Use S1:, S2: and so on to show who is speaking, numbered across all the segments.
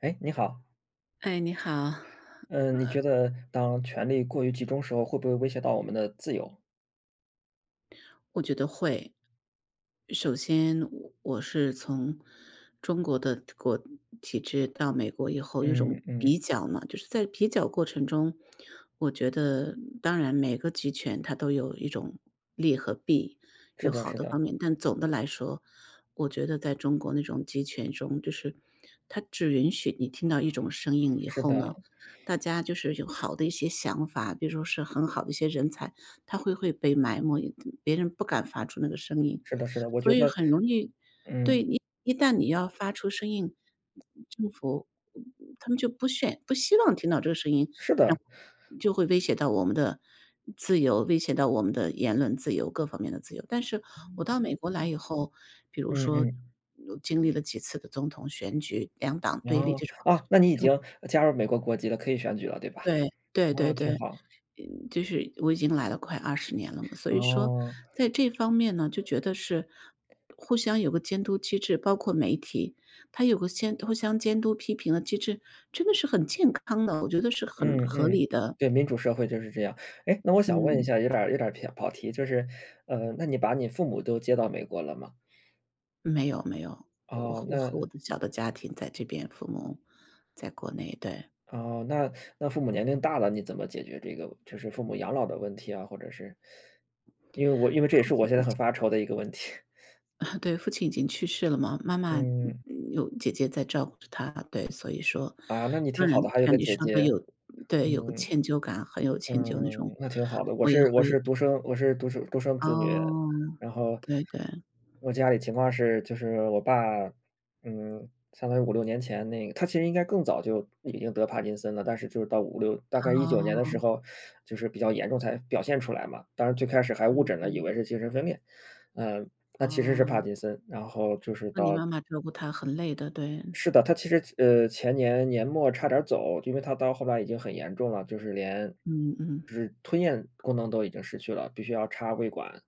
S1: 哎，你好，
S2: 哎，你好，
S1: 嗯，你觉得当权力过于集中时候，会不会威胁到我们的自由？
S2: 我觉得会。首先，我是从中国的体制到美国以后，有
S1: 嗯
S2: 种
S1: 嗯。
S2: 比较嘛，就是在比较过程中，我觉得当然每个集权它都有一种利和弊，
S1: 是
S2: 有
S1: 的，
S2: 好
S1: 是
S2: 的
S1: 的。
S2: 方面，但总的来说，我觉得在中国那种集权中，就是它只允许你听到一种声音以
S1: 是
S2: 后
S1: 的，
S2: 呢，大家就是有好的一些想法，比如说是很好的一些人才。他会被埋没，别人不敢发出那个声音，
S1: 是的，是的，我
S2: 所
S1: 觉
S2: 以
S1: 得，
S2: 很容易。对，
S1: 嗯，
S2: 一旦你要发出声音，政府他们就不希望听到这个声音，
S1: 是
S2: 然
S1: 的。
S2: 后就会威胁到我们的自由，威胁到我们的言论自由，各方面的自由。但是我到美国来以后，比如
S1: 嗯
S2: 说
S1: 嗯。
S2: 经历了几次的总统选举，两党
S1: 然
S2: 对立
S1: 后
S2: 这种。
S1: 啊，那你已经加入美国国籍了，可以选举了，对吧？
S2: 对，对对
S1: 啊，挺
S2: 对。
S1: 好。
S2: 嗯，就是我已经来了快20年了嘛，所以说
S1: 哦。
S2: 在这方面呢，就觉得是互相有个监督机制，包括媒体，他有个先互相监督批评的机制，真的是很健康的，我觉得是很
S1: 嗯
S2: 合
S1: 嗯。
S2: 理的。
S1: 对，民主社会就是这样。哎，那我想问一
S2: 嗯，
S1: 下，有点儿偏跑题，就是，那你把你父母都接到美国了吗？
S2: 没有没有，我
S1: 哦，
S2: 我
S1: 那。
S2: 和我的小的家庭在这边，父母在国内，对，
S1: 哦，那父母年龄大了，你怎么解决这个就是父母养老的问题啊？或者是因为这也
S2: 父
S1: 是我现在很
S2: 亲
S1: 发愁的一个问题。
S2: 对，父亲已经去世了嘛，妈 妈，
S1: 嗯。
S2: 有姐姐在照顾着她，对，所以说，
S1: 啊，那你挺
S2: 当
S1: 好
S2: 然
S1: 的，还有个
S2: 像你
S1: 姐
S2: 说的
S1: 姐。
S2: 对，有个
S1: 嗯。
S2: 歉疚感，很有歉疚那种，
S1: 嗯，那挺好的。我
S2: 我也
S1: 是我
S2: 会。
S1: 是独生我是独生独生子女，
S2: 哦，
S1: 然后
S2: 对对，
S1: 我家里情况是，就是我爸，嗯，相当于五六年前那个他其实应该更早就已经得帕金森了，但是就是到大概一九年的
S2: 哦，
S1: 时候，就是比较严重才表现出来嘛。当然最开始还误
S2: 嗯
S1: 诊了，以
S2: 嗯，
S1: 为是精神分裂，嗯，那其实是帕
S2: 哦，
S1: 金森。然后就是
S2: 那你
S1: 到
S2: 妈妈照顾她很累的，对，
S1: 是的，他其实前年年末差点儿走，因为他到后来已经很严重了，就是连
S2: 嗯嗯，
S1: 就是吞咽功能都已经失去了，必须要插胃管。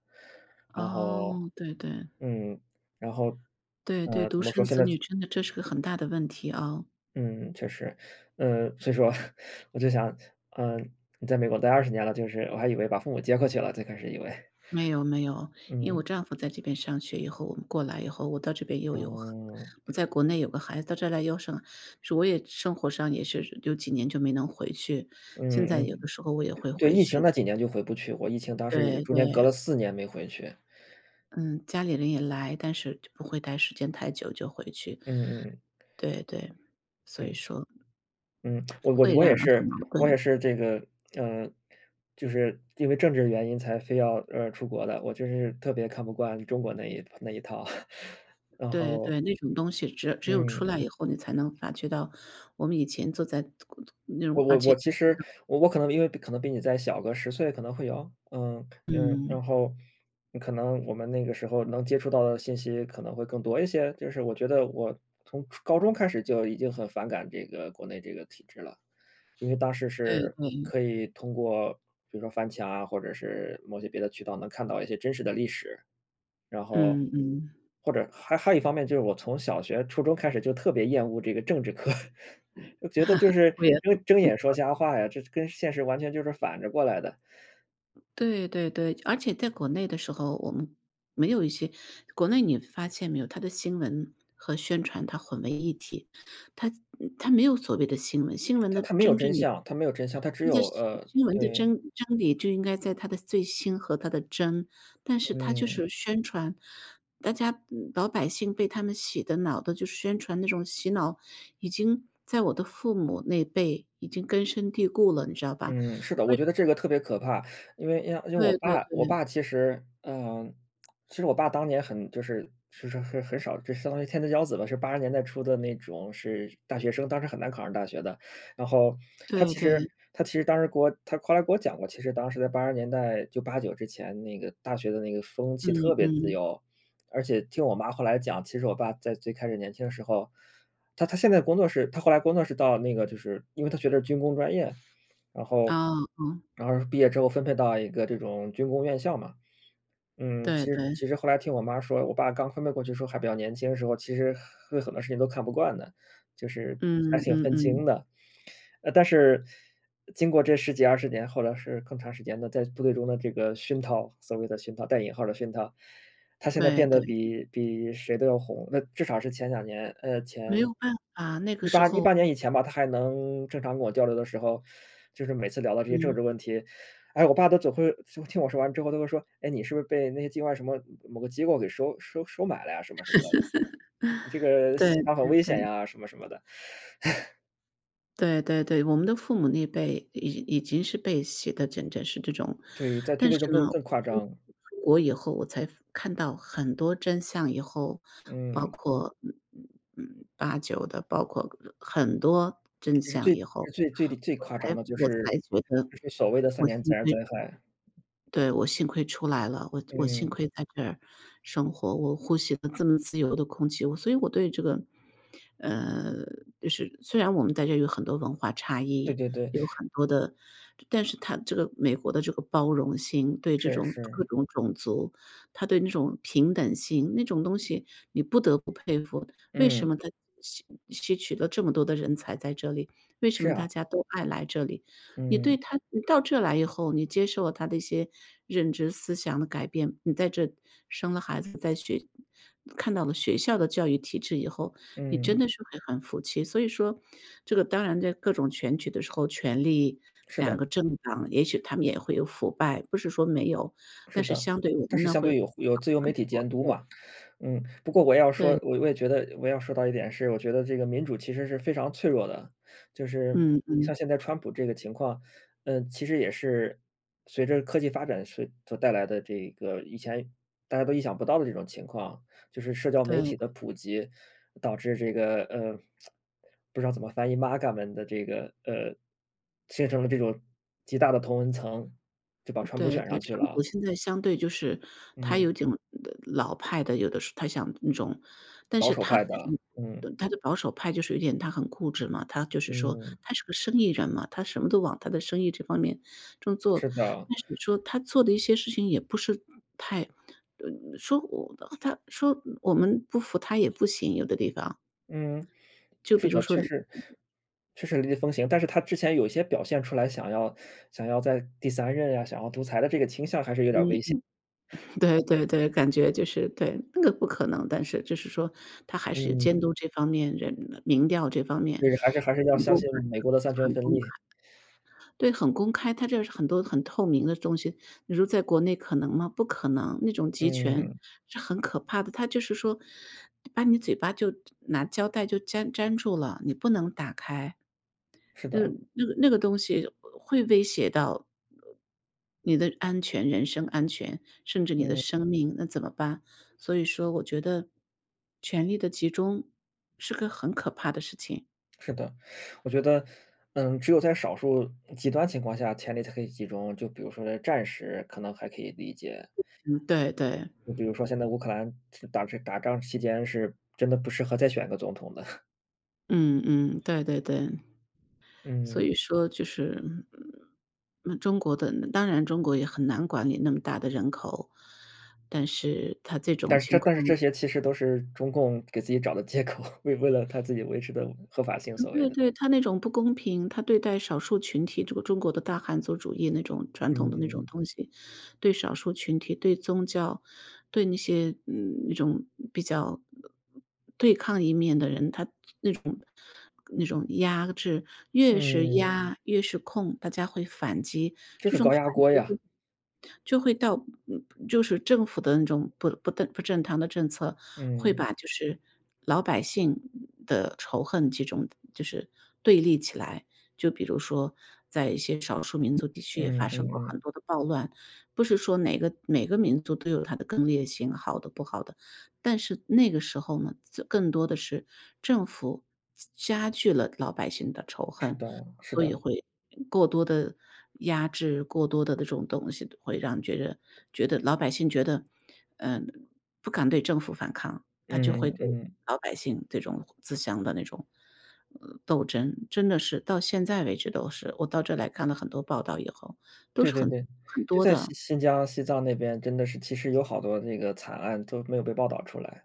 S1: 然后
S2: 哦，对对，
S1: 嗯，然后，
S2: 对对，独
S1: 怎么说，
S2: 生
S1: 现
S2: 子
S1: 在
S2: 女真的这是个很大的问题啊。
S1: 嗯，确实，所以说 我就想，嗯，你在美国待二十年了，就是我还以为把父母接过去了，最开始以为。
S2: 没有没有，因为我
S1: 嗯。
S2: 丈夫在这边上学以后，我们过来以后，我到这边又有孩
S1: 哦。
S2: 我在国内有个孩子，到这儿来是我也生活上也是有几年就没能回去，
S1: 嗯
S2: 现在有
S1: 嗯。
S2: 的时候我也会
S1: 对，
S2: 回
S1: 疫情
S2: 去。
S1: 那几年就回不去，我疫情当时也
S2: 对
S1: 中间隔
S2: 对，
S1: 了四年没回去。
S2: 嗯，家里人也来，但是就不会待时间太久就回去。
S1: 嗯嗯。
S2: 对对，所以
S1: 对。
S2: 说
S1: 嗯，我我
S2: 会
S1: 我
S2: 让
S1: 也
S2: 人很
S1: 是
S2: 矛
S1: 我也
S2: 盾。
S1: 是这个，嗯，就是因为政治原因才非要，出国的，我就是特别看不惯中国那一套。然
S2: 对
S1: 后，
S2: 对，那种东西只有出
S1: 嗯，
S2: 来以后，你才能发觉到。我们以前坐在那
S1: 我
S2: 种，而
S1: 我
S2: 且
S1: 我其
S2: 大家
S1: 实
S2: 都，
S1: 我我可能因为比可能比你再小个十岁可能会有，
S2: 嗯，
S1: 然后可能我们那个时候能接触到的信息可能会更多一些，就是我觉得我从初高中开始就已经很反感这个国内这个体制了。因为当时
S2: 对
S1: 是
S2: 对。
S1: 可以通过比如说翻墙啊，或者是某些别的渠道能看到一些真实的历史，然后
S2: 嗯嗯。
S1: 或者还有一方面就是我从小学、初中开始就特别厌恶这个政治课。就觉得就是
S2: 我也
S1: 睁眼说瞎话呀，这跟现实完全就是反着过来的。
S2: 对对对，而且在国内的时候，我们没有一些，国内你发现没有，它的新闻和宣传它混为一体，它它没有所谓的新闻，新闻
S1: 它
S2: 的
S1: 它没有
S2: 真
S1: 真
S2: 正的
S1: 相它没有真相，它只
S2: 它的
S1: 有
S2: 新新闻的
S1: 对。
S2: 真理就应该在它的最新和它的真，但是它就
S1: 嗯。
S2: 是宣传，大家嗯老百姓被他们洗的脑的就是宣传那种洗脑，已经在我的父母那辈已经根深蒂固了，你知道吧？
S1: 嗯，是的，我觉得这个特别可怕，因为我
S2: 对对
S1: 爸我
S2: 对，
S1: 爸其实，其实我爸当年很就是很少，就相当于天之骄子吧，是八十年代初的那种是大学生，当时很难考上大学的。然后他
S2: 对
S1: 其实
S2: 对，
S1: 他其实当时给我他后来给我讲过，其实当时在八十年代就八九之前，那个大学的那个风气
S2: 嗯
S1: 特别自
S2: 嗯，
S1: 由。而且听我妈后来讲，其实我爸在最开始年轻的时候，他现在工作是他后来工作是到那个就是因为他学的是军工专业。然后
S2: 啊，哦，
S1: 然后毕业之后分配到一个这种军工院校嘛。其
S2: 对
S1: 实
S2: 对，
S1: 其实后来听我妈说，我爸刚分配过去时候还比较年轻的时候，其实对很多事情都看不惯的，就是还
S2: 嗯
S1: 挺
S2: 嗯
S1: 愤
S2: 嗯，
S1: 青的。但是经过这十几二十年，或者是更长时间的在部队中的这个熏陶，所谓的熏陶带引号的熏陶，他现在
S2: 对
S1: 变得
S2: 对，
S1: 比谁都要红，那至少是前两年，
S2: 没
S1: 前
S2: 有办法，那个
S1: 一
S2: 时
S1: 八一八
S2: 候，
S1: 年以前吧，他还能正常跟我交流的时候，就是每次聊到这些政
S2: 嗯，
S1: 治问题，哎，我爸都总会就听我说完之后，都会说："哎，你是不是被那些境外什么某个机构给收买了呀，什么什么的，你这个思
S2: 对
S1: 想很
S2: 对
S1: 危险
S2: 对，
S1: 呀，什么什么的。"
S2: 对对对，我们的父母那辈已经是被洗的整整是这种，
S1: 对，在军
S2: 但
S1: 队
S2: 是
S1: 中
S2: 呢，
S1: 更
S2: 我
S1: 夸
S2: 真
S1: 张。
S2: 出国以后，我才看到很多真相以后，包
S1: 嗯。
S2: 括八九的，包括很多真
S1: 其实
S2: 相
S1: 最
S2: 以后，
S1: 最最最
S2: 我
S1: 夸张
S2: 才
S1: 的就
S2: 我
S1: 是
S2: 才觉得
S1: 所谓的三
S2: 我
S1: 年自
S2: 幸
S1: 然灾
S2: 亏。
S1: 害"。
S2: 对，我幸亏出来了，我幸
S1: 嗯。
S2: 亏在这儿生活，我呼吸了这么自由的空气，所以我对这个，呃，就是虽然我们在这有很多文化差
S1: 对
S2: 异，
S1: 对对。
S2: 有很多的，但是他这个美国的这个包容性，对这
S1: 是
S2: 种各
S1: 是。
S2: 种种族，他对那种平等性那种东西，你不得不佩服，为什
S1: 嗯。
S2: 么他吸取了这么多的人才在这里，为什
S1: 是
S2: 么
S1: 啊。
S2: 大家都爱来这里？你对
S1: 嗯
S2: 他你到这来以后，你接受了他的一些认知思想的改变，你在这生了孩子，在学看到了学校的教育体制以后，你真
S1: 嗯。
S2: 的是会很服气。所以说，这个当然在各种选举的时候，权力
S1: 是
S2: 两
S1: 的。
S2: 个政党，也许他们也会有腐败，不是说没有，
S1: 是
S2: 但是
S1: 的，
S2: 相对我
S1: 但
S2: 们
S1: 是
S2: 呢
S1: 相
S2: 会
S1: 对有
S2: 好
S1: 自由媒
S2: 很
S1: 体
S2: 多。
S1: 监督嘛。嗯，不过我要说，
S2: 对，
S1: 我也觉得我要说到一点是，我觉得这个民主其实是非常脆弱的，就是
S2: 嗯嗯，
S1: 像现在川普这个情况，其实也是随着科技发展所带来的这个以前大家都意想不到的这种情况，就是社交媒体
S2: 对。
S1: 的普及导致这个不知道怎么翻译 MAGA 们的这个形成了这种极大的同文层，就把川普
S2: 对
S1: 选
S2: 对，
S1: 上去
S2: 川普
S1: 了。
S2: 现在相对就是他
S1: 嗯。
S2: 有点老派的，有的时候他想那种，但
S1: 保
S2: 是
S1: 守
S2: 他
S1: 派
S2: 的这
S1: 的。
S2: 种
S1: 嗯。
S2: 他的保守派就是有点他很固执嘛，他就是说
S1: 嗯。
S2: 他是个生意人嘛，他什么都往他的生意这方面正做。
S1: 是的。
S2: 但是说他做的一些事情也不是太，呃说我他说我们不服他也不行，有的地方，
S1: 嗯。
S2: 就比
S1: 是
S2: 如
S1: 的，
S2: 说
S1: 确实确实雷厉风行，但是他之前有一些表现出来想要在第三任呀，想要独裁的这个倾向还是有点危
S2: 嗯。
S1: 险。
S2: 对对对，感觉就是对，那个不可能，但是就是说他还是
S1: 嗯，
S2: 监督这方面人民调这方
S1: 就
S2: 面
S1: 是还是要
S2: 很
S1: 相
S2: 公
S1: 信
S2: 开，
S1: 美国的三权
S2: 很
S1: 分
S2: 公
S1: 立。
S2: 开，对，很公开，他这是很多很透明的东西，你说在国内可能吗？不可能，那种集权
S1: 嗯。
S2: 是很可怕的，他就是说把你嘴巴就拿胶带就粘住了，你不能打开。
S1: 是
S2: 那个
S1: 的。
S2: 那个那个东西会威胁到你的安全、人身安全，甚至你的
S1: 嗯。
S2: 生命，那怎么办？所以说我觉得权力的集中是个很可怕的事情。
S1: 是的。我觉得，只有在少数极端情况下，权力才可以集中，就比如说在战时可能还可以理解。
S2: 嗯，对对，
S1: 就比如说现在乌克兰是打仗期间是真的不适合再选个总统的。
S2: 嗯嗯，对对对。所
S1: 嗯，
S2: 以说就是，那中国的当然中国也很难管理那么大的人口，但是他这种情况。
S1: 但是这些其实都是中共给自己找的借口，为了他自己维持的合法性，所谓
S2: 对
S1: 的。
S2: 对，他那种不公平，他对待少数群体，这个中国的大汉族主义那种传统的那种
S1: 嗯。
S2: 东西，对少数群体、对宗教、对那些那种比较对抗一面的人，他那种压制，越是
S1: 嗯，
S2: 压越是控，大家会反击，
S1: 就
S2: 这
S1: 是
S2: 种
S1: 高
S2: 反
S1: 压锅
S2: 击
S1: 呀。
S2: 就会到。嗯，就是政府的那种不正常的政策，会
S1: 嗯。
S2: 把就是老百姓的仇恨集中就是对立起来。就比如说在一些少数民族地区也
S1: 嗯
S2: 发生过
S1: 嗯
S2: 很
S1: 嗯。
S2: 多的暴乱，不是说哪个每个民族都有它的更烈性，好的不好的。但是那个时候呢，就更多的是政府加剧了老百姓的仇
S1: 是
S2: 恨，
S1: 的是
S2: 所以
S1: 的。
S2: 会过多的压制，过多的这种东西会让觉得老百姓觉得，嗯，不敢对政府反抗，他就
S1: 嗯
S2: 会
S1: 嗯
S2: 对
S1: 嗯。
S2: 老百姓这种自相的那种，斗争，真的是到现在为止都是。我到这来看了很多报道以后，都
S1: 对
S2: 是
S1: 对
S2: 很
S1: 对。
S2: 很
S1: 就
S2: 多
S1: 在
S2: 的。
S1: 新疆、西藏那边真的是其实有好多那个惨案都没有被报道出来。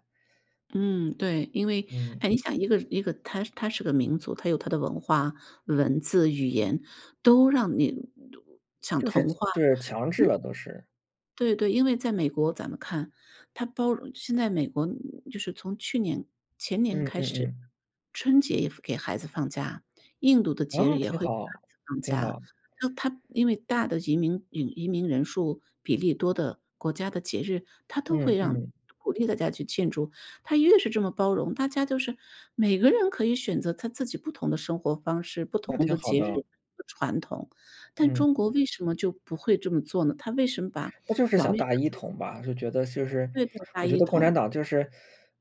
S2: 嗯，对，因为
S1: 嗯，
S2: 哎，你想一个它是个民族，它有它的文化、文字、语言，都让你想
S1: 就是
S2: 同化。
S1: 就是强制了都是。
S2: 对对，因为在美国咱们看，他包容，现在美国就是从去年前年
S1: 嗯
S2: 开
S1: 嗯
S2: 始，
S1: 嗯。
S2: 春节也给孩子放假，印度的节日
S1: 啊，
S2: 也
S1: 挺
S2: 会给
S1: 好。
S2: 孩子放
S1: 挺
S2: 假。
S1: 好。
S2: 那他因为大的移民移民人数比例多的国家的节日，他都
S1: 嗯
S2: 会让
S1: 嗯。
S2: 鼓励大家去庆祝。他越是这么包容，大家就是每个人可以选择他自己不同的生活方式、不
S1: 那
S2: 同
S1: 挺
S2: 的
S1: 好
S2: 节日
S1: 的。
S2: 和传统。但
S1: 嗯，
S2: 中国为什么就不会这么做呢？他为什么把
S1: 他就是
S2: 表
S1: 想
S2: 面上。
S1: 大一统吧，就觉得就是
S2: 对对，大
S1: 我觉
S2: 一
S1: 得共产
S2: 统。
S1: 党就是，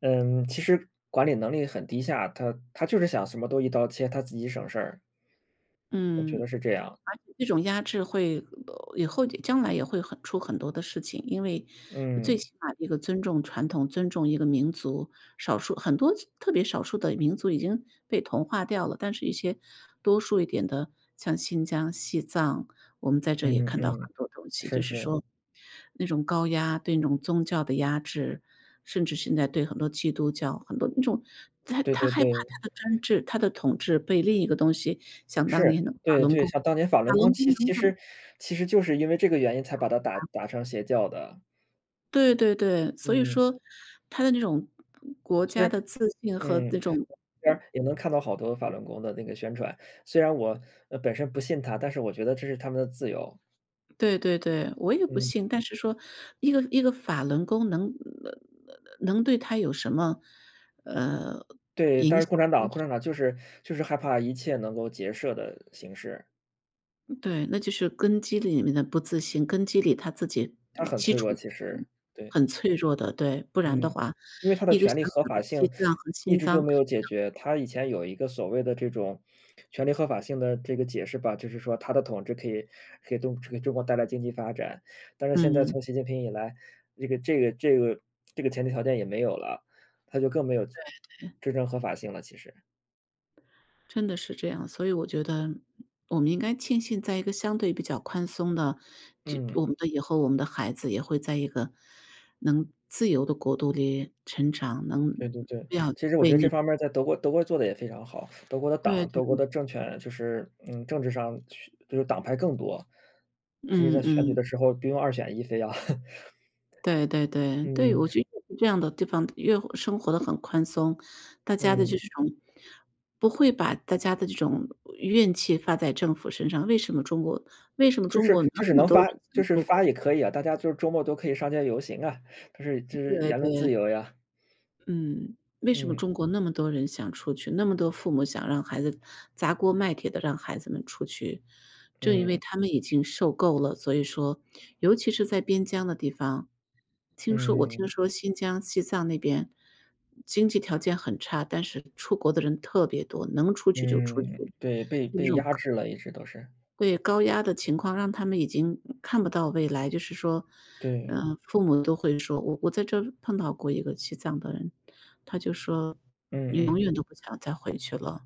S1: 其实管理能力很低下，他就是想什么都一刀切，他自己省事儿，我觉得
S2: 嗯，
S1: 是这样。
S2: 而且这种压制会，以后将来也会很出很多的事情，因为最
S1: 嗯
S2: 起码一个尊重传统、尊重一个民族，少数很多特别少数的民族已经被同化掉了，但是一些多数一点的，像新疆、西藏，我们在这也
S1: 嗯
S2: 看到很
S1: 嗯。
S2: 多东西，
S1: 是
S2: 就是
S1: 是。
S2: 说那种高压对那种宗教的压制，甚至现在对很多基督教，很多那种，他
S1: 对
S2: 他
S1: 对
S2: 害怕
S1: 对。
S2: 他的专制、他的统治被另一个东西，想当
S1: 是。
S2: 年的法
S1: 对
S2: 轮
S1: 对，
S2: 功。
S1: 像当年法
S2: 法
S1: 轮功，
S2: 轮功农场，
S1: 其实就是因为这个原因才把他打成邪教的。
S2: 对对对，所以
S1: 嗯。
S2: 说他的那种国家
S1: 是。
S2: 的自信和那
S1: 嗯。
S2: 种。
S1: 边儿也能看到好多法轮功的那个宣传，虽然我，本身不信他，但是我觉得这是他们的自由。
S2: 对对对，我也不
S1: 嗯。
S2: 信，但是说一个一个法轮功能对他有什么。呃，
S1: 对，但是共产党就是害怕一切能够结社的形式，
S2: 对，那就是根基里面的不自信，根基里他自己
S1: 他很
S2: 基
S1: 脆弱
S2: 础
S1: 其
S2: 很
S1: 实。对。
S2: 很脆弱的，对，不然的
S1: 嗯，
S2: 话，
S1: 因为它的
S2: 一个
S1: 权
S2: 小
S1: 利合
S2: 小
S1: 法
S2: 的西
S1: 性
S2: 藏和
S1: 一
S2: 心
S1: 直就
S2: 脏
S1: 没有解决。它以前有一个所谓的这种权利合法性的这个解释吧，就是说它的统治可以给中国带来经济发展。但是现在
S2: 嗯。
S1: 从习近平以来，这个这个这个这个前提条件也没有了，它就更没有真正合法性了，其实。
S2: 真的是这样，所以我觉得我们应该庆幸在一个相对比较宽松的，就
S1: 嗯。
S2: 我们的以后我们的孩子也会在一个能自由的国度里成长，能
S1: 对对对，
S2: 不要。
S1: 其实我觉得这方面儿在德国做的也非常好。
S2: 对对，
S1: 德国的政权就是，政治上就是党派更多，直是在
S2: 嗯
S1: 选举
S2: 嗯，
S1: 的时候不用二选一非要
S2: 对对对对，
S1: 嗯。
S2: 我觉得这样的地方越活生活的很宽松，大家的这
S1: 嗯，
S2: 种不会把大家的这种怨气发在政府身上，为什么中国为什么
S1: 就
S2: 中
S1: 是
S2: 国那
S1: 就是
S2: 么
S1: 能
S2: 多
S1: 发
S2: 人
S1: 就
S2: 想
S1: 是
S2: 出国？
S1: 发也可以啊，大家就是周末都可以上街游行啊，就是
S2: 对
S1: 言论自
S2: 对。
S1: 由呀。
S2: 嗯，为什么
S1: 嗯，
S2: 中国那么多人想出去，那么多父母想让孩子砸锅卖铁的让孩子们出去，正因为
S1: 嗯，
S2: 他们已经受够了，所以说尤其是在边疆的地方，听说我听
S1: 嗯，
S2: 说新疆、西藏那边经济条件很差，但是出国的人特别多，能出去就出去，
S1: 嗯。对，被
S2: 就这
S1: 被
S2: 种。
S1: 压制了一直都是。
S2: 对，高压的情况让他们已经看不到未来，就是说，
S1: 对。
S2: 呃，父母都会说，我在这儿碰到过一个西藏的人，他就说
S1: 嗯
S2: 永远
S1: 嗯。
S2: 都不想再回去了，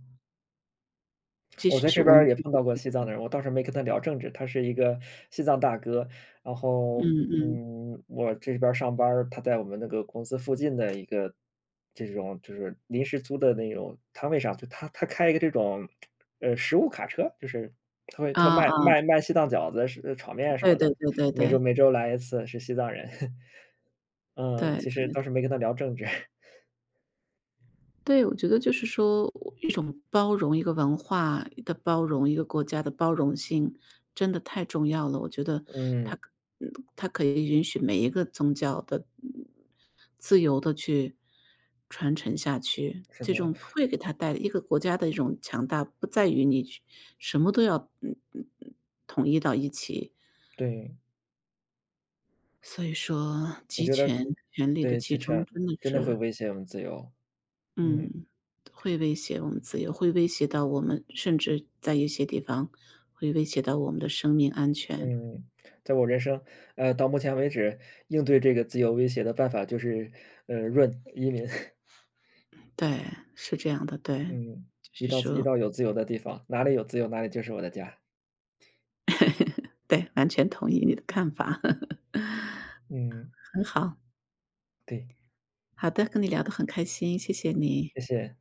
S2: 即
S1: 我
S2: 使
S1: 在
S2: 是
S1: 这
S2: 我
S1: 边儿
S2: 们
S1: 也
S2: 自
S1: 碰到过
S2: 己。
S1: 西藏的人，我倒是没跟他聊政治，他是一个西藏大哥。然
S2: 嗯
S1: 后，
S2: 嗯，
S1: 我这边儿上班儿，他在我们那个公司附近的一个这种就是临时租的那种摊位上，就他开一个这种食物卡车，就是他
S2: 啊啊，
S1: 卖西藏饺子、是炒面什
S2: 对
S1: 么
S2: 对
S1: 的，
S2: 对对
S1: 每周
S2: 对，
S1: 每周来一次，是西藏人。嗯，
S2: 对
S1: 其实
S2: 对。
S1: 倒是没跟他聊政治。
S2: 对，我觉得就是说一种包容，一个文化的包容，一个国家的包容性真的太重要了。我觉得
S1: 嗯。
S2: 它可嗯，它可以允许每一个宗教的自由的去传承下去，
S1: 是
S2: 这
S1: 的。
S2: 种会给它带来一个国家的一种强大，不在于你去什么都要统一到一起。
S1: 对，
S2: 所以说
S1: 我
S2: 集
S1: 觉得
S2: 权、权力的
S1: 对，
S2: 集中真的
S1: 真的会
S2: 是
S1: 威胁我们自由。嗯
S2: 嗯，会威胁我们自由，会威胁到我们，甚至在一些地方会威胁到我们的生命安全。
S1: 嗯，在我人生，到目前为止，应对这个自由威胁的办法就是，润移民。
S2: 对，是这样的，对，
S1: 嗯，
S2: 就是
S1: 移
S2: 说，
S1: 到有自由的地方，哪里有自由，哪里就是我的家。
S2: 对，完全同意你的看法，
S1: 嗯。
S2: 很好。
S1: 对，
S2: 好的，跟你聊得很开心，谢谢你。
S1: 谢谢。